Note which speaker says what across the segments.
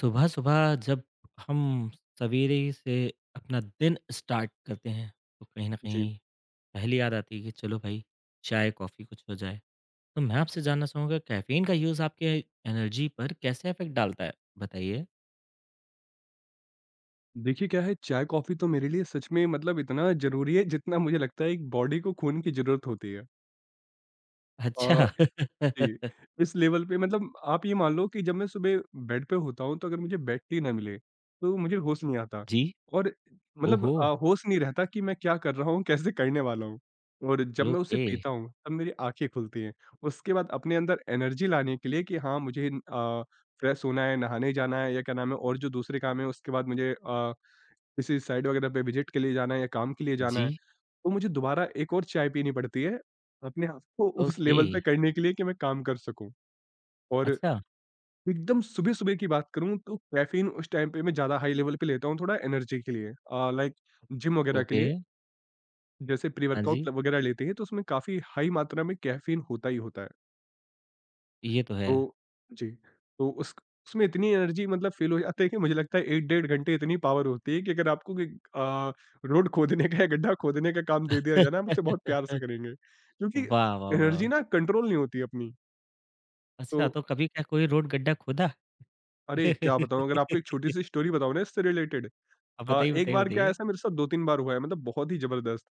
Speaker 1: सुबह सुबह जब हम सवेरे से अपना दिन स्टार्ट करते हैं तो कहीं ना
Speaker 2: जी।
Speaker 1: कहीं पहली याद आती है कि चलो भाई चाय कॉफ़ी कुछ हो जाए। तो मैं आपसे जानना चाहूँगा, कैफीन का यूज़ आपके एनर्जी पर कैसे इफेक्ट डालता है, बताइए।
Speaker 2: देखिए क्या है चाय कॉफ़ी तो मेरे लिए सच में मतलब इतना ज़रूरी है जितना मुझे लगता है एक बॉडी को खून की ज़रूरत होती है। अ,
Speaker 1: अच्छा।
Speaker 2: जी, इस लेवल पे मतलब आप ये मान लो कि जब मैं सुबह बेड पे होता हूँ, तो अगर मुझे बेड टी ना मिले, तो मुझे होश नहीं आता
Speaker 1: जी।
Speaker 2: और मतलब
Speaker 1: ओहो।
Speaker 2: होश नहीं रहता कि मैं क्या कर रहा हूँ, कैसे करने वाला हूँ। और जब मैं उसे
Speaker 1: ओके।
Speaker 2: पीता हूँ, तब मेरी आँखें खुलती हैं। उसके बाद अपने अंदर एनर्जी लाने के लिए कि हाँ, मुझे फ्रेश होना है, नहाने जाना है या क्या नाम है और जो दूसरे काम है, उसके बाद मुझे किसी साइट वगैरह पे विज़िट के लिए जाना है या काम के लिए जाना है।
Speaker 1: जी।
Speaker 2: तो मुझे दोबारा एक और चाय पीनी पड़ती है, अपने आप को उस
Speaker 1: ओके।
Speaker 2: लेवल पे करने के लिए कि मैं काम कर सकूँ। और
Speaker 1: अच्छा।
Speaker 2: एकदम सुबह-सुबह की बात करूँ तो कैफ़ीन उस टाइम पे मैं ज़्यादा हाई लेवल पे लेता हूँ थोड़ा एनर्जी के लिए, लाइक जिम वगैरह के
Speaker 1: ओके।
Speaker 2: लिए, जैसे प्री
Speaker 1: हाँ जी,
Speaker 2: वर्कआउट वगैरह लेते हैं तो उसमें काफ़ी हाई मात्रा में कैफ़ीन होता ही होता है।
Speaker 1: ये तो है।
Speaker 2: तो जी, तो उस उसमें इतनी एनर्जी मतलब फ़ील हो जाती है कि मुझे लगता है 1 डेढ़ घंटे इतनी पावर होती है कि अगर आपको कि अ, रोड खोदने का या गड्ढा खोदने का काम दे दिया जाए ना, आप उसे बहुत प्यार से करेंगे। क्योंकि
Speaker 1: वाह वाह वाह।
Speaker 2: एनर्जी ना कंट्रोल नहीं होती अपनी। तो
Speaker 1: अच्छा, तो कभी क्या कोई रोड गड्ढा खोदा?
Speaker 2: अरे! क्या बताऊँ अगर आपको एक छोटी-सी स्टोरी बताऊँ ना इससे रिलेटेड।
Speaker 1: आप बताइए,
Speaker 2: एक
Speaker 1: बताइए,
Speaker 2: बार क्या
Speaker 1: बताइए।
Speaker 2: ऐसा मेरे साथ 2-3 बार हुआ है मतलब बहुत ही ज़बरदस्त।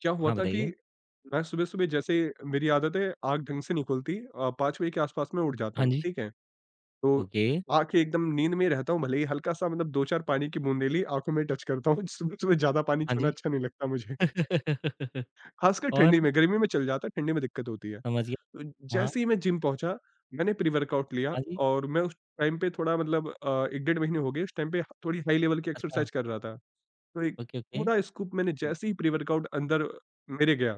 Speaker 2: क्या हुआ
Speaker 1: हाँ,
Speaker 2: था कि
Speaker 1: बताइए।
Speaker 2: मैं सुबह-सुबह जैसे मेरी आदत है आँख ढंग से नहीं खुलती, 5 बजे के आस-पास मैं उठ जाता
Speaker 1: हाँ
Speaker 2: हूँ,
Speaker 1: जी,
Speaker 2: ठीक है? तो
Speaker 1: ओके,
Speaker 2: आके एकदम नींद में रहता हूँ भले ही हल्का-सा मतलब 2-4 पानी की बूंदें ली आँखों में टच करता हूँ, सुबह-सुबह ज़्यादा पानी
Speaker 1: हाँ
Speaker 2: छूना
Speaker 1: जी।
Speaker 2: अच्छा नहीं लगता मुझे। ख़ासकर
Speaker 1: और?
Speaker 2: ठंडी में, गर्मी में चल जाता है, ठंडी में दिक्कत होती है।
Speaker 1: समझ गया।
Speaker 2: तो
Speaker 1: हाँ,
Speaker 2: जैसे ही मैं जिम पहुँचा, मैंने प्री-वर्कआउट लिया
Speaker 1: हाँ जी,
Speaker 2: और मैं उस टाइम पे थोड़ा मतलब 1 डेढ़ महीने हो गए, उस टाइम पे थोड़ी हाई लेवल की
Speaker 1: अच्छा,
Speaker 2: एक्सरसाइज कर रहा था। तो एक
Speaker 1: ओके, ओके।
Speaker 2: पूरा स्कूप मैंने जैसे ही प्री-वर्कआउट अंदर मेरे गया,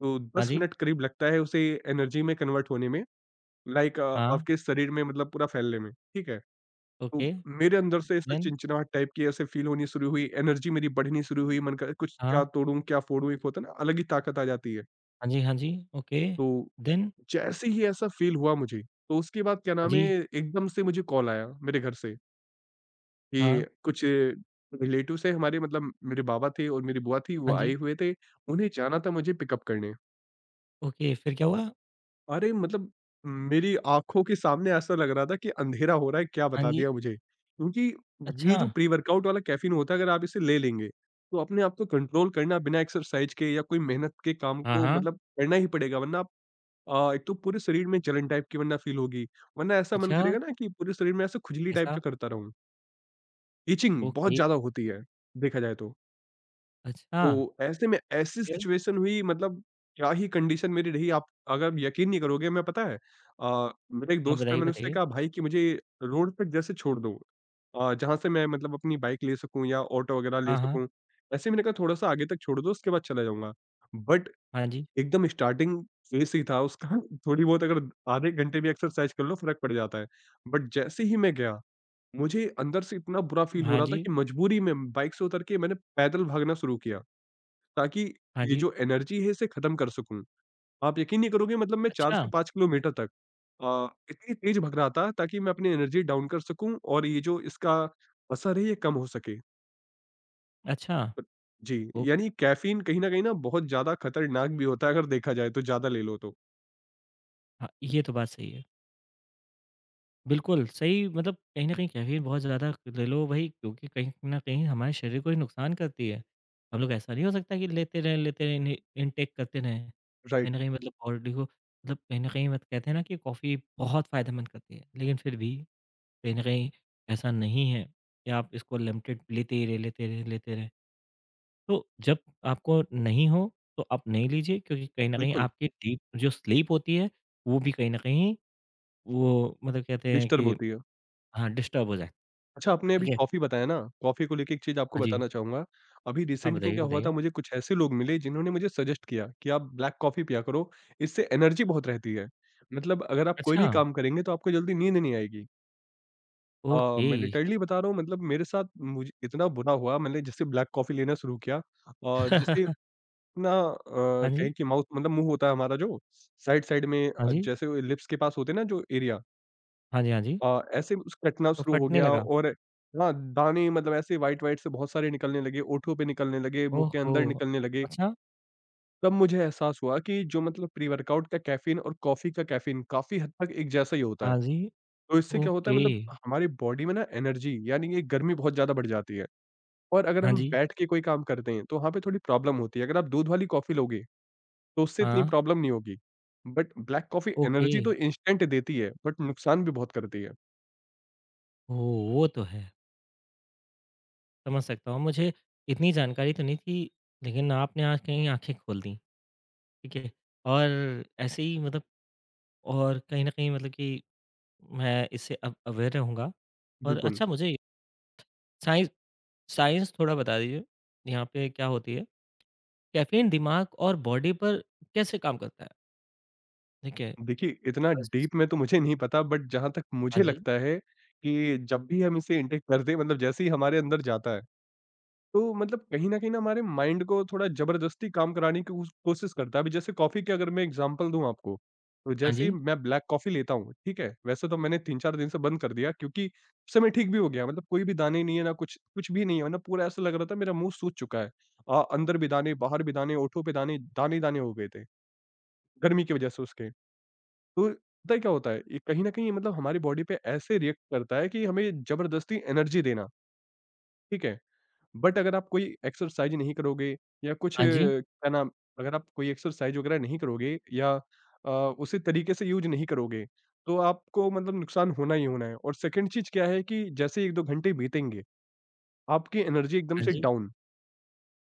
Speaker 2: तो
Speaker 1: हाँ
Speaker 2: 10
Speaker 1: जी,
Speaker 2: मिनट करीब लगता है उसे एनर्जी में कन्वर्ट होने में, लाइक
Speaker 1: हाँ,
Speaker 2: आपके शरीर में मतलब पूरा फैलने में, ठीक है? तो
Speaker 1: ओके,
Speaker 2: मेरे अंदर से ऐसे
Speaker 1: देन?
Speaker 2: चिनचिनाहट टाइप की ऐसे फील होनी शुरू हुई, एनर्जी मेरी बढ़नी शुरू हुई, मन कर कुछ क्या
Speaker 1: हाँ,
Speaker 2: तोड़ूँ, क्या फोड़ूँ, एक होता है ना अलग ही ताकत आ जाती है।
Speaker 1: हाँ जी, हाँ जी, ओके,
Speaker 2: तो
Speaker 1: देन?
Speaker 2: जैसे ही ऐसा फील हुआ मुझे, तो उसके बाद क्या
Speaker 1: हाँ
Speaker 2: नाम
Speaker 1: जी,
Speaker 2: है एकदम से मुझे कॉल आया मेरे घर से
Speaker 1: हाँ,
Speaker 2: कि कुछ रिलेटिव्स है हमारे मतलब मेरे बाबा थे और मेरी बुआ थी, वो
Speaker 1: हाँ
Speaker 2: आए
Speaker 1: जी,
Speaker 2: हुए थे, उन्हें जाना था मुझे पिकअप करने।
Speaker 1: ओके, फिर क्या हुआ?
Speaker 2: अरे! मतलब मेरी आँखों के सामने ऐसा लग रहा था कि अंधेरा हो रहा है, क्या
Speaker 1: हाँ
Speaker 2: बता
Speaker 1: जी,
Speaker 2: दिया मुझे? क्योंकि ये
Speaker 1: अच्छा,
Speaker 2: जो प्री-वर्कआउट वाला कैफ़ीन होता है, अगर आप इसे ले लेंगे, तो अपने आप को कंट्रोल करना बिना एक्सरसाइज़ के या कोई मेहनत के काम
Speaker 1: हाँ,
Speaker 2: को
Speaker 1: हाँ,
Speaker 2: मतलब करना ही पड़ेगा, वरना आप एक तो पूरे शरीर में जलन टाइप की वरना फ़ील होगी, वरना ऐसा मन
Speaker 1: अच्छा,
Speaker 2: करेगा ना कि पूरे शरीर में ऐसे खुजली टाइप
Speaker 1: ऐसा,
Speaker 2: का करता रहूँ। इचिंग बहुत
Speaker 1: ओके,
Speaker 2: ज़्यादा होती है, देखा जाए तो।
Speaker 1: अच्छा,
Speaker 2: तो ऐसे में ऐसी
Speaker 1: फिर?
Speaker 2: सिचुएशन हुई मतलब क्या ही कंडीशन मेरी रही आप अगर यकीन नहीं करोगे मैं पता है। मेरा एक
Speaker 1: हाँ,
Speaker 2: दोस्त था
Speaker 1: बताइए,
Speaker 2: मैंने उससे
Speaker 1: बताइए।
Speaker 2: कहा भाई कि मुझे रोड तक जैसे छोड़ दो, जहाँ से मैं मतलब अपनी बाइक ले सकूँ या ऑटो वगैरह ले
Speaker 1: हाँ, हाँ,
Speaker 2: सकूँ, ऐसे मैंने कहा थोड़ा सा आगे तक छोड़ दो उसके बाद चला जाऊंगा। बट
Speaker 1: हाँ जी,
Speaker 2: एकदम स्टार्टिंग फेस ही था उसका थोड़ी बहुत अगर आधे घंटे भी एक्सरसाइज कर लो फर्क पड़ जाता है। बट जैसे ही मैं गया मुझे अंदर से इतना बुरा फील हो
Speaker 1: हाँ
Speaker 2: रहा था
Speaker 1: जी,
Speaker 2: कि मजबूरी में बाइक से उतर के मैंने पैदल भागना शुरू किया ताकि
Speaker 1: हाँ
Speaker 2: ये
Speaker 1: जी,
Speaker 2: जो एनर्जी है इसे खत्म कर सकूँ। आप यकीन नहीं करोगे मतलब मैं 4
Speaker 1: अच्छा,
Speaker 2: से 5 किलोमीटर तक इतनी तेज़ भग रहा था ताकि मैं अपनी एनर्जी डाउन कर सकूँ और ये जो इसका असर है ये कम हो सके।
Speaker 1: अच्छा,
Speaker 2: अ, जी,
Speaker 1: ओके,
Speaker 2: यानी कैफ़ीन कहीं न कहीं ना बहुत ज़्यादा खतरनाक भी होता है अगर देखा जाए तो ज़्यादा ले लो तो।
Speaker 1: हाँ, ये तो बात सही है। बिल्कुल, सही मतलब कहीं न कहीं कैफ़ीन बहुत ज़्यादा ले लो भई, क्योंकि कहीं न कहीं हमारे शरीर को ही नुकसान करती है। हम लोग ऐसा नहीं हो सकता कि लेते रहें, लेते रहें, इन्हें इनटेक करते रहें। कहीं न
Speaker 2: राइट,
Speaker 1: कहीं मतलब बॉडी को, मतलब कहीं न कहीं, मत कहते हैं ना कि कॉफ़ी बहुत फ़ायदेमंद करती है। लेकिन फिर भी कहीं न कहीं ऐसा नहीं है कि आप इसको लिमिटेड लेते ही रहें, लेते रहें, लेते रहें। तो जब आपको नहीं हो तो आप नहीं लीजिए, क्योंकि कहीं न कहीं
Speaker 2: बिल्कुल,
Speaker 1: आपकी डीप जो स्लीप होती है, वो भी कहीं न कहीं, वो मतलब कहते हैं
Speaker 2: डिस्टर्ब
Speaker 1: कि
Speaker 2: होती है।
Speaker 1: हाँ, डिस्टर्ब हो जाएगी।
Speaker 2: अच्छा, आपने अभी
Speaker 1: ठीक है।
Speaker 2: कॉफ़ी बताया ना, कॉफ़ी को लेके एक चीज़ आपको
Speaker 1: हाँ जी।
Speaker 2: बताना चाहूँगा। अभी
Speaker 1: हाँ,
Speaker 2: रिसेंट में
Speaker 1: बताइए,
Speaker 2: क्या हुआ
Speaker 1: बताइए।
Speaker 2: था मुझे कुछ ऐसे लोग मिले जिन्होंने मुझे सजेस्ट किया कि आप ब्लैक कॉफ़ी पिया करो, इससे एनर्जी बहुत रहती है। मतलब अगर आप कोई भी
Speaker 1: अच्छा,
Speaker 2: काम करेंगे तो आपको जल्दी नींद नहीं आएगी।
Speaker 1: ओके।
Speaker 2: मैं लिटरली बता रहा हूँ मतलब मेरे साथ मुझे इतना बुरा हुआ मैंने जैसे ब्लैक कॉफ़ी लेना शुरू किया और जैसे अपना,
Speaker 1: हाँ जी,
Speaker 2: कहें कि माउथ मतलब मुँह होता है हमारा जो, साइड-साइड में,
Speaker 1: हाँ जी,
Speaker 2: जैसे लिप्स के पास होते हैं ना जो एरिया,
Speaker 1: हाँ जी, हाँ जी।
Speaker 2: ऐसे में उसको कटना
Speaker 1: तो
Speaker 2: शुरू हो
Speaker 1: फटने
Speaker 2: गया
Speaker 1: लगा।
Speaker 2: और हाँ, दाने मतलब ऐसे व्हाइट-व्हाइट से बहुत सारे निकलने लगे, होठों पे निकलने लगे, मुँह के
Speaker 1: ओहो!
Speaker 2: अंदर निकलने लगे।
Speaker 1: अच्छा,
Speaker 2: तब मुझे एहसास हुआ कि जो मतलब प्री वर्कआउट का कैफ़ीन और कॉफ़ी का कैफ़ीन काफ़ी हद तक एक जैसा ही होता है।
Speaker 1: हाँ जी,
Speaker 2: तो इससे क्या होता
Speaker 1: ओके।
Speaker 2: है मतलब हमारी बॉडी में ना एनर्जी यानी कि गर्मी बहुत ज़्यादा बढ़ जाती है और अगर
Speaker 1: हाँ
Speaker 2: हम
Speaker 1: जी,
Speaker 2: बैठ के कोई काम करते हैं, तो वहाँ पे थोड़ी प्रॉब्लम होती है। अगर आप दूध वाली कॉफ़ी लोगे, तो उससे इतनी
Speaker 1: हाँ,
Speaker 2: प्रॉब्लम नहीं होगी। But black coffee
Speaker 1: okay.
Speaker 2: Energy तो इंस्टेंट देती है, बट नुकसान भी बहुत करती है।
Speaker 1: ओह! वो तो है, समझ सकता हूँ। मुझे इतनी जानकारी तो नहीं थी, लेकिन आपने आज कहीं आँखें खोल दी, ठीक है। और ऐसे ही मतलब, और कहीं न कहीं मतलब कि मैं इससे अब अवेयर रहूँगा। और
Speaker 2: बिल्कुल।
Speaker 1: अच्छा मुझे साइंस, साइंस थोड़ा बता दीजिए, यहाँ पे क्या होती है? कैफ़ीन दिमाग और बॉडी पर कैसे काम करता है? ठीक है,
Speaker 2: देखिए, इतना
Speaker 1: बस।
Speaker 2: डीप में तो मुझे नहीं पता बट जहाँ तक
Speaker 1: हाँ
Speaker 2: मुझे
Speaker 1: जी,
Speaker 2: लगता है कि जब भी हम इसे इनटेक करते हैं मतलब जैसे ही हमारे अंदर जाता है, तो मतलब कहीं न कहीं ना हमारे माइंड को थोड़ा ज़बरदस्ती काम कराने की उस कोशिश करता है। अभी जैसे कॉफ़ी की अगर मैं एग्ज़ाम्पल दूँ आपको, तो
Speaker 1: हाँ
Speaker 2: जैसे ही
Speaker 1: जी,
Speaker 2: मैं ब्लैक कॉफ़ी लेता हूँ, ठीक है? वैसे तो मैंने 3-4 दिन से बंद कर दिया क्योंकि उस समय ठीक भी हो गया मतलब कोई भी दाने नहीं है ना कुछ, कुछ भी नहीं है मतलब पूरा ऐसा लग रहा था मेरा मुँह सूज चुका है। अंदर भी दाने, बाहर भी दाने, होठों पे दाने, दाने ही दाने हो गए थे, गर्मी की वज़ह से उसके। तो पता है क्या होता है? ये कहीं न कहीं ये मतलब हमारी बॉडी पे ऐसे रिएक्ट करता है कि हमें ज़बरदस्ती एनर्जी देना, ठीक है? बट अगर आप कोई एक्सरसाइज़ नहीं करोगे या कुछ,
Speaker 1: हाँ जी,
Speaker 2: क्या नाम, अगर आप कोई एक्सरसाइज़ वगैरह नहीं करोगे या उसी तरीके से यूज़ नहीं करोगे, तो आपको मतलब नुकसान होना ही होना है और सेकंड चीज़ क्या है कि जैसे ही 1-2 घंटे बीतेंगे, आपकी एनर्जी एकदम
Speaker 1: हाँ
Speaker 2: से
Speaker 1: जी।
Speaker 2: डाउन।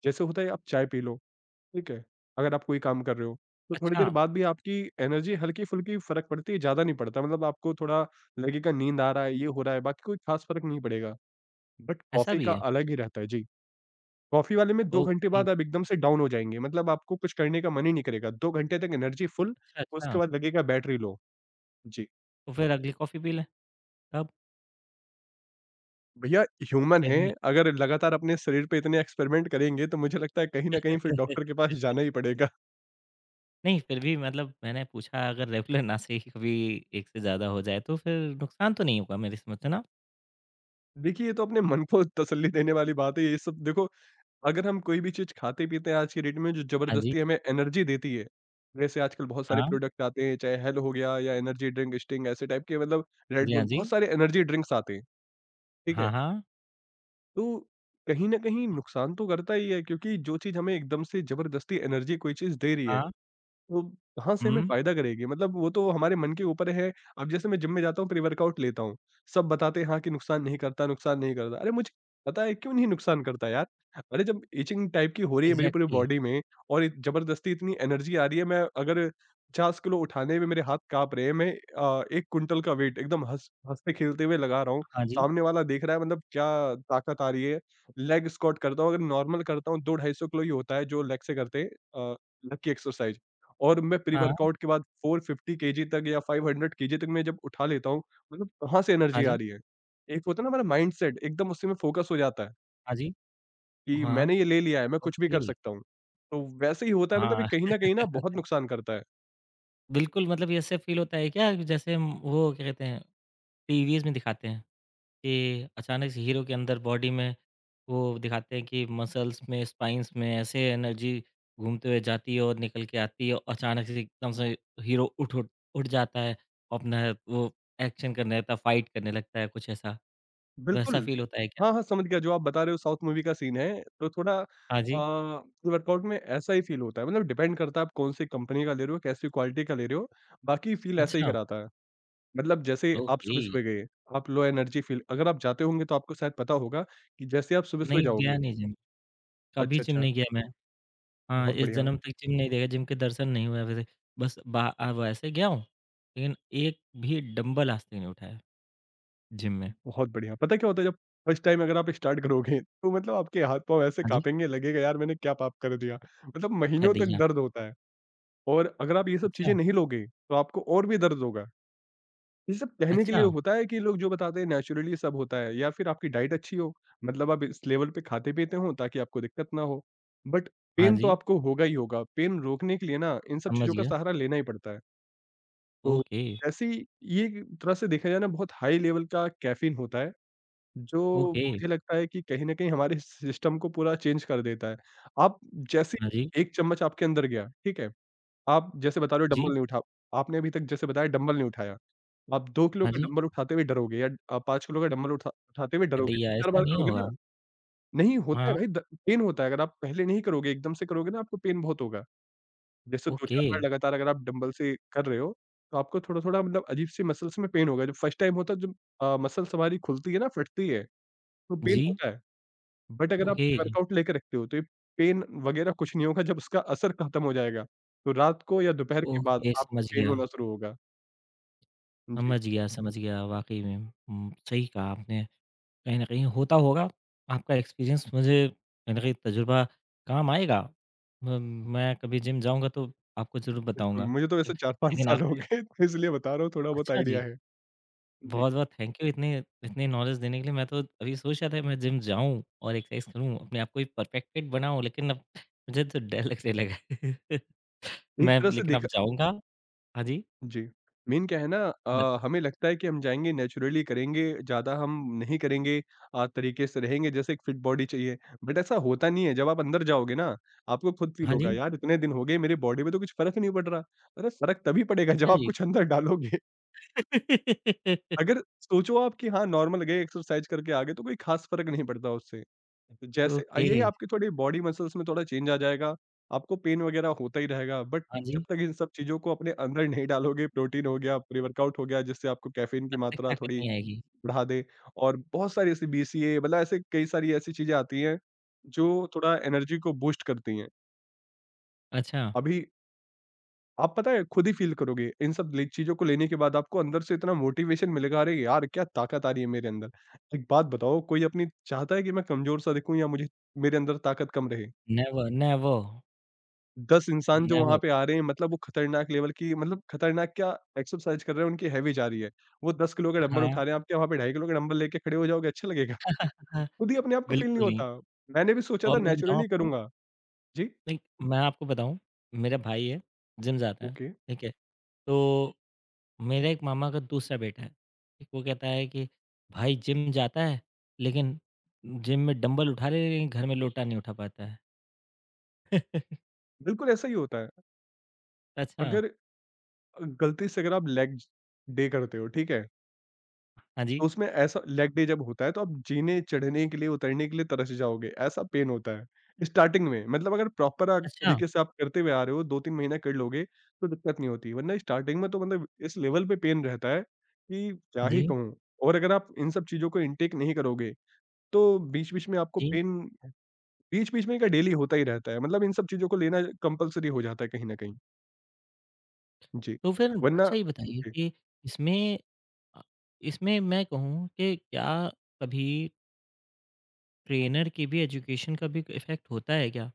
Speaker 2: जैसे होता है आप चाय पी लो, ठीक है। अगर आप कोई काम कर रहे हो, तो थोड़ी
Speaker 1: अच्छा,
Speaker 2: देर बाद भी आपकी एनर्जी हल्की-फुल्की फ़र्क पड़ती है, ज़्यादा नहीं पड़ता। मतलब आपको थोड़ा लगेगा नींद आ रहा है, ये हो रहा है, बाकी कोई ख़ास फ़र्क नहीं पड़ेगा। बट
Speaker 1: ऐसा
Speaker 2: कॉफ़ी
Speaker 1: भी
Speaker 2: का
Speaker 1: है?
Speaker 2: अलग ही रहता है। जी, कॉफ़ी वाले में 2 घंटे
Speaker 1: ओके,
Speaker 2: बाद आप एकदम से डाउन हो जाएँगे, मतलब आपको कुछ करने का मन ही नहीं करेगा। 2 घंटे तक एनर्जी फुल,
Speaker 1: अच्छा, अच्छा।
Speaker 2: उसके बाद लगेगा बैटरी लो। जी,
Speaker 1: तो फिर अगली कॉफ़ी पी लें, तब?
Speaker 2: भैया ह्यूमन
Speaker 1: फिर
Speaker 2: हैं,
Speaker 1: मैं-
Speaker 2: अगर लगातार अपने शरीर पे इतने एक्सपेरिमेंट करेंगे, तो मुझे लगता है कहीं न कहीं फिर डॉक्टर के पास जाना ही पड़ेगा।
Speaker 1: नहीं, फिर भी मतलब मैंने पूछा, अगर रेगुलर ना से ही कभी एक से ज़्यादा हो जाए, तो फिर नुकसान तो नहीं होगा मेरी समझ से ना?
Speaker 2: देखिए, ये तो अपने मन को तसल्ली देने वाली बात है। ये सब देखो, अगर हम कोई भी चीज़ खाते-पीते हैं आज की डेट में जो
Speaker 1: हाँ जी,
Speaker 2: ज़बरदस्ती हमें एनर्जी देती है, जैसे आजकल बहुत सारे
Speaker 1: हाँ,
Speaker 2: प्रोडक्ट आते हैं, चाहे हेल हो गया या एनर्जी ड्रिंक, स्टिंग ऐसे टाइप के मतलब
Speaker 1: हाँ
Speaker 2: रेड
Speaker 1: जी, हाँ
Speaker 2: बुल,
Speaker 1: जी।
Speaker 2: बहुत सारे एनर्जी ड्रिंक्स आते हैं, ठीक
Speaker 1: हाँ,
Speaker 2: है?
Speaker 1: हाँ,
Speaker 2: तो कहीं न कहीं नुकसान तो करता ही है क्योंकि जो चीज़ हमें एकदम से ज़बरदस्ती एनर्जी कोई चीज़ दे रही है
Speaker 1: हाँ,
Speaker 2: वो हाँ, सही में
Speaker 1: हुँ,
Speaker 2: फ़ायदा करेगी मतलब वो तो हमारे मन के ऊपर है। अब जैसे मैं जिम में जाता हूँ प्री-वर्कआउट लेता हूँ, सब बताते हैं हाँ कि नुकसान नहीं करता, नुकसान नहीं करता। अरे मुझे पता है क्यों नहीं नुकसान करता यार? अरे जब इचिंग टाइप की हो रही है मेरी पूरी
Speaker 1: इग्ज़ैक्टली।
Speaker 2: बॉडी में और इत ज़बरदस्ती इतनी एनर्जी आ रही है, मैं अगर 50 किलो उठाने में मेरे हाथ काँप रहे हैं, मैं 1 क्विंटल का वेट एकदम हँसते-खेलते हुए लगा रहा हूँ।
Speaker 1: हाँ जी,
Speaker 2: सामने वाला देख रहा है मतलब क्या ताकत आ रही है। लेग स्क्वाट करता हूँ, अगर नॉर्मल करता हूँ 2 250 किलो ही होता है जो लेग से करते हैं लेग की एक्सरसाइज़। और मैं
Speaker 1: हाँ,
Speaker 2: प्री-वर्कआउट के बाद 450 केजी तक या 500 केजी तक मैं जब उठा लेता हूँ, मतलब कहाँ से
Speaker 1: हाँ
Speaker 2: एनर्जी आ
Speaker 1: जी,
Speaker 2: रही है। एक होता है ना हमारा माइंडसेट एकदम उसी में फ़ोकस हो जाता है
Speaker 1: हाँ जी,
Speaker 2: कि
Speaker 1: हाँ,
Speaker 2: मैंने ये ले लिया है, मैं कुछ भी कर
Speaker 1: ओके,
Speaker 2: सकता हूँ। तो वैसे ही होता है मतलब
Speaker 1: हाँ।
Speaker 2: ये कहीं न कहीं ना बहुत नुकसान करता है।
Speaker 1: बिल्कुल, मतलब ये ऐसे फ़ील होता है क्या कि जैसे हम वो क्या कहते हैं, टीवीज़ में दिखाते हैं कि अचानक से हीरो के अंदर बॉडी में वो दिखाते हैं कि मसल्स में, स्पाइन्स में ऐसे एनर्जी घूमते हुए जाती है और निकल के आती है और अचानक से एकदम से हीरो उठ उठ उठ जाता है और अपना वो एक्शन करने लगता है, फाइट करने लगता है कुछ ऐसा, वैसा
Speaker 2: बिल्कुल।
Speaker 1: फ़ील होता है क्या?
Speaker 2: हाँ, हाँ, समझ गया जो आप बता रहे हो साउथ मूवी का सीन है, तो थोड़ा
Speaker 1: हाँ
Speaker 2: अ,
Speaker 1: जी।
Speaker 2: वर्कआउट में ऐसा ही फ़ील होता है मतलब डिपेंड करता है आप कौन-सी कंपनी का ले रहे हो, कैसी क्वालिटी का ले रहे हो, बाकी फ़ील ऐसा ही
Speaker 1: अच्छा,
Speaker 2: कराता है। मतलब जैसे आप
Speaker 1: ओके।
Speaker 2: सुबह-सुबह गए, आप लो एनर्जी फ़ील अगर आप जाते होंगे तो आपको शायद पता होगा कि जैसे आप सुबह-सुबह
Speaker 1: नहीं गया
Speaker 2: जाओगे
Speaker 1: नहीं जिम, कभी
Speaker 2: अच्छा,
Speaker 1: जिम
Speaker 2: अच्छा,
Speaker 1: नहीं गया मैं। हाँ,
Speaker 2: बहुत
Speaker 1: इस
Speaker 2: बढ़िया,
Speaker 1: जन्म तक जिम नहीं देखा, जिम के दर्शन नहीं हुए वैसे। बस वैसे गया हूँ, लेकिन एक भी डंबल आज तक नहीं उठाया जिम में।
Speaker 2: बहुत बढ़िया। पता है क्या होता है जब फर्स्ट टाइम अगर आप स्टार्ट करोगे तो मतलब आपके हाथ-पाँव ऐसे
Speaker 1: हाँ जी,
Speaker 2: काँपेंगे, लगेगा यार मैंने क्या पाप कर दिया। मतलब
Speaker 1: उठा
Speaker 2: महीनों तक
Speaker 1: दिया।
Speaker 2: दर्द होता है और अगर आप ये सब
Speaker 1: अच्छा,
Speaker 2: चीज़ें नहीं लोगे तो आपको और भी दर्द होगा। ये सब कहने के लिए
Speaker 1: अच्छा।
Speaker 2: होता है कि लोग जो बताते हैं नेचुरली सब होता है या फिर आपकी डाइट अच्छी हो मतलब आप इस लेवल पे खाते-पीते हो ताकि आपको दिक्कत ना हो। बट
Speaker 1: हाँ
Speaker 2: पेन तो
Speaker 1: जी,
Speaker 2: आपको होगा ही होगा, पेन रोकने के लिए ना इन सब
Speaker 1: समझ
Speaker 2: चीज़ों का
Speaker 1: गया।
Speaker 2: सहारा लेना ही पड़ता है। तो
Speaker 1: ओके,
Speaker 2: ऐसी ये एक तरह से देखा जाए ना बहुत हाई लेवल का कैफ़ीन होता है, जो
Speaker 1: ओके।
Speaker 2: मुझे लगता है कि कहीं न कहीं हमारे सिस्टम को पूरा चेंज कर देता है। आप जैसे
Speaker 1: हाँ जी,
Speaker 2: 1 चम्मच आपके अंदर गया, ठीक है? आप जैसे बता रहे हो डंबल
Speaker 1: जी।
Speaker 2: नहीं उठा आपने अभी तक जैसे बताया डंबल नहीं उठाया। आप 2 किलो
Speaker 1: हाँ
Speaker 2: का
Speaker 1: जी,
Speaker 2: डंबल उठाते हुए डरोगे या आप 5 किलो का डंबल उठाते हुए
Speaker 1: उठा
Speaker 2: डरोगे,
Speaker 1: दिया,
Speaker 2: 2-4
Speaker 1: ऐसा
Speaker 2: बार
Speaker 1: नहीं
Speaker 2: करोगे
Speaker 1: होगा।
Speaker 2: ना नहीं होता
Speaker 1: हाँ,
Speaker 2: है भाई द पेन होता है, अगर आप पहले नहीं करोगे, एकदम से करोगे ना आपको पेन बहुत होगा। जैसे
Speaker 1: ओके।
Speaker 2: 2-4 बार लगातार अगर आप डंबल से कर रहे हो, तो आपको थोड़ा-थोड़ा मतलब अजीब-सी मसल्स में पेन होगा। जब फर्स्ट टाइम होता है जब मसल्स हमारी खुलती है ना, फटती है, तो पेन
Speaker 1: जी,
Speaker 2: होता है। बट अगर आप
Speaker 1: ओके,
Speaker 2: प्री-वर्कआउट लेके रखते हो, तो ये पेन वगैरह कुछ नहीं होगा, जब उसका असर खत्म हो जाएगा, तो रात को या दोपहर के बाद
Speaker 1: ओके
Speaker 2: आपको
Speaker 1: समझ
Speaker 2: पेन
Speaker 1: गया,
Speaker 2: होना शुरू होगा। जी।
Speaker 1: समझ गया, समझ गया। वाक़ई में सही कहा आपने। कहीं न कहीं होता होगा, आपका एक्सपीरियंस, मुझे कहीं न कहीं तजुर्बा काम आएगा। म मैं कभी जिम जाऊँगा तो आपको ज़रूर
Speaker 2: बिल्कुल,
Speaker 1: बताऊँगा।
Speaker 2: मुझे तो वैसे
Speaker 1: ठीक,
Speaker 2: 4-5
Speaker 1: लेकिन
Speaker 2: साल हो
Speaker 1: आपने,
Speaker 2: गए तो इसलिए बता रहा हूँ थोड़ा बहुत
Speaker 1: अच्छा जी,
Speaker 2: आइडिया है। जी।
Speaker 1: बहुत-बहुत थैंक यू इतने इतने नॉलेज देने के लिए। मैं तो अभी सोच रहा था मैं जिम जाऊँ और एक्सरसाइज करूँ, अपने आप को ही परफेक्टेड बनाऊँ, लेकिन अब मुझे तो डर लगने लगा है।
Speaker 2: एक
Speaker 1: मैं
Speaker 2: तरह से
Speaker 1: लेकिन अब
Speaker 2: देखा
Speaker 1: जाऊँगा। हाँ जी,
Speaker 2: जी, मेन क्या है ना
Speaker 1: हाँ बत,
Speaker 2: हमें लगता है कि हम जाएँगे नेचुरली करेंगे, ज़्यादा हम नहीं करेंगे तरीके से रहेंगे जैसे एक फिट बॉडी चाहिए, बट ऐसा होता नहीं है। जब आप अंदर जाओगे ना, आपको खुद फ़ील
Speaker 1: हाँ जी,
Speaker 2: होगा यार इतने दिन हो गए मेरी बॉडी में तो कुछ फ़र्क ही नहीं पड़ रहा। अरे! फ़र्क तभी पड़ेगा जब
Speaker 1: अच्छा
Speaker 2: आप
Speaker 1: जी।
Speaker 2: कुछ अंदर डालोगे। अगर सोचो आप कि हाँ, नॉर्मल गए एक्सरसाइज़ करके आ गए तो कोई ख़ास फ़र्क नहीं पड़ता उससे। तो जैसे
Speaker 1: ओके,
Speaker 2: ये है आपके थोड़े बॉडी मसल्स में थोड़ा चेंज आ जाएगा, आपको पेन वग़ैरह होता ही रहेगा बट
Speaker 1: हाँ
Speaker 2: जब
Speaker 1: जी,
Speaker 2: तक इन सब चीज़ों को अपने अंदर नहीं डालोगे, प्रोटीन हो गया, प्री-वर्कआउट हो गया जिससे आपको कैफ़ीन की
Speaker 1: तब तक
Speaker 2: मात्रा
Speaker 1: ताकत
Speaker 2: थोड़ी
Speaker 1: नहीं आएगी।
Speaker 2: बढ़ा दे और बहुत सारी ऐसी बीसीए मतलब ऐसे कई सारी ऐसी चीज़ें आती हैं, जो थोड़ा एनर्जी को बूस्ट करती हैं।
Speaker 1: अच्छा,
Speaker 2: अभी आप पता है खुद ही फील करोगे इन सब ले चीज़ों को लेने के बाद आपको अंदर से इतना मोटिवेशन मिलेगा अरे यार क्या ताकत आ रही है मेरे अंदर। एक बात बताओ कोई अपनी चाहता है कि मैं कमज़ोर-सा दिखूँ या मुझे मेरे अंदर ताकत कम रहे?
Speaker 1: Never, never.
Speaker 2: 10 इंसान जो वहाँ
Speaker 1: नेवर।
Speaker 2: पे आ रहे हैं मतलब वो खतरनाक लेवल की मतलब खतरनाक क्या एक्सरसाइज कर रहे हैं उनकी हेवी जा रही है। वो 10 किलो का डंबल
Speaker 1: हाँ।
Speaker 2: उठा रहे हैं आप क्या वहाँ पे 2.5 किलो का डंबल लेके खड़े हो जाओगे अच्छा लगेगा? खुद ही अपने आप को फील नहीं
Speaker 1: बिल्कुल नहीं।
Speaker 2: होता। मैंने भी सोचा था
Speaker 1: और मैं बताऊँ
Speaker 2: नेचुरली
Speaker 1: आपको,
Speaker 2: करूँगा। जी,
Speaker 1: लाइक मैं आपको बताऊँ, मेरा भाई है, जिम जाता है,
Speaker 2: ओके
Speaker 1: ठीक है? तो मेरे एक मामा का दूसरा बेटा है, ठीक, वो कहता है कि भाई जिम जाता है, लेकिन जिम में डंबल उठा ले लेकिन घर में लोटा नहीं उठा पाता है।
Speaker 2: बिल्कुल ऐसा ही होता है।
Speaker 1: अच्छा,
Speaker 2: अगर गलती से अगर आप लेग डे करते हो, ठीक है?
Speaker 1: हाँ जी।
Speaker 2: तो उसमें ऐसा लेग डे जब होता है तो आप जीने, चढ़ने के लिए, उतरने के लिए तरस जाओगे, ऐसा पेन होता है। स्टार्टिंग में मतलब अगर प्रॉपर
Speaker 1: अच्छा,
Speaker 2: तरीके से आप करते हुए आ रहे हो, 2-3 महीना कर लोगे तो दिक्कत नहीं होती, वरना स्टार्टिंग में तो मतलब इस लेवल पे पेन रहता है कि
Speaker 1: हाँ
Speaker 2: क्या
Speaker 1: जी,
Speaker 2: ही कहूँ। और अगर आप इन सब चीज़ों को इनटेक नहीं करोगे, तो बीच-बीच में आपको
Speaker 1: जी।
Speaker 2: पेन बीच-बीच में क्या डेली होता ही रहता है, मतलब इन सब चीज़ों को लेना कंपल्सरी हो जाता है कहीं न कहीं। जी,
Speaker 1: तो फिर
Speaker 2: वरना
Speaker 1: अच्छा ये बताइए
Speaker 2: जी।
Speaker 1: कि इसमें, अ, इसमें मैं कहूँ कि क्या कभी ट्रेनर की भी एजुकेशन का भी इफ़ेक्ट होता है क्या?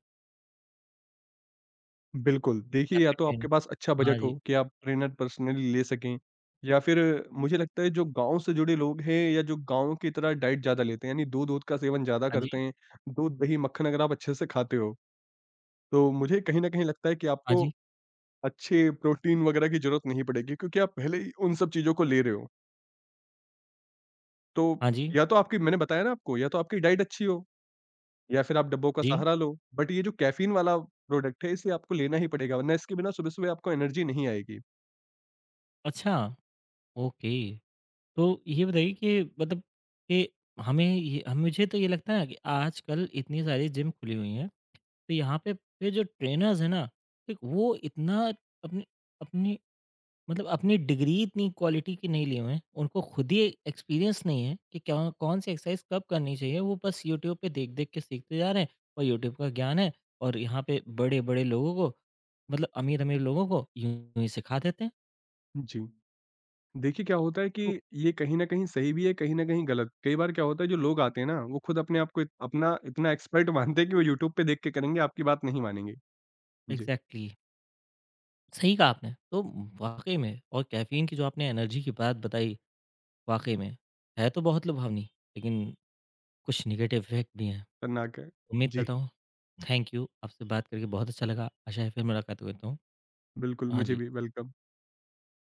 Speaker 2: बिल्कुल,
Speaker 1: क्या
Speaker 2: देखिए या
Speaker 1: फिर
Speaker 2: तो
Speaker 1: ट्रेनर,
Speaker 2: आपके पास अच्छा
Speaker 1: हाँ
Speaker 2: बजट हो
Speaker 1: जी,
Speaker 2: कि आप ट्रेनर पर्सनली ले सकें या फिर मुझे लगता है जो गाँव से जुड़े लोग हैं या जो गाँव की तरह डाइट ज़्यादा लेते हैं यानी दूध-वूध का सेवन ज़्यादा
Speaker 1: हाँ जी,
Speaker 2: करते हैं, दूध, दही, मक्खन अगर आप अच्छे से खाते हो, तो मुझे कहीं न कहीं लगता है कि
Speaker 1: हाँ
Speaker 2: आपको
Speaker 1: जी,
Speaker 2: अच्छे प्रोटीन वगैरह की ज़रूरत नहीं पड़ेगी क्योंकि आप पहले ही उन सब चीज़ों को ले रहे हो। तो
Speaker 1: हाँ जी,
Speaker 2: या तो आपकी मैंने बताया ना आपको या तो आपकी डाइट अच्छी हो या फिर आप डब्बों का
Speaker 1: जी।
Speaker 2: सहारा लो, बट ये जो कैफ़ीन वाला प्रोडक्ट है इसे आपको लेना ही पड़ेगा वरना इसके बिना सुबह-सुबह आपको एनर्जी नहीं आएगी।
Speaker 1: अच्छा, ओके। तो ये बताइए कि मतलब कि हमें ये ह मुझे तो ये लगता है ना कि आजकल इतनी सारी जिम खुली हुई हैं, तो यहाँ पे फिर जो ट्रेनर्स हैं ना, ठीक वो इतना अपनी अपनी मतलब अपनी डिग्री इतनी क्वालिटी की नहीं लिए हुए हैं, उनको खुद ही एक्सपीरियंस नहीं है कि क्या कौन सी एक्सरसाइज कब करनी चाहिए, वो बस यूट्यूब पे देख-देख के सीखते जा रहे हैं और यूट्यूब का ज्ञान है और यहाँ पे बड़े-बड़े लोगों को मतलब अमीर-अमीर लोगों को यूँ ही सिखा देते हैं।
Speaker 2: जी। देखिए, क्या होता है कि
Speaker 1: तो
Speaker 2: ये कहीं न कहीं सही भी है, कहीं न कहीं गलत। कई बार क्या होता है जो लोग आते हैं ना, वो खुद अपने आप को इत अपना इतना एक्सपर्ट मानते हैं कि वो यूट्यूब पे देख के करेंगे, आपकी बात नहीं मानेंगे। जी,
Speaker 1: एग्ज़ैक्टली, सही कहा आपने। तो वाक़ई में और कैफ़ीन की जो आपने एनर्जी की बात बताई, वाक़ई में है तो बहुत लुभावनी, लेकिन कुछ नेगेटिव इफ़ेक्ट भी हैं।
Speaker 2: खतरनाक है।
Speaker 1: उम्मीद
Speaker 2: जी,
Speaker 1: करता हूँ, थैंक यू, आपसे बात करके बहुत अच्छा लगा। आशा है फिर मुलाकात होता हूँ।
Speaker 2: बिल्कुल
Speaker 1: हाँ
Speaker 2: मुझे
Speaker 1: जी।
Speaker 2: भी वेलकम।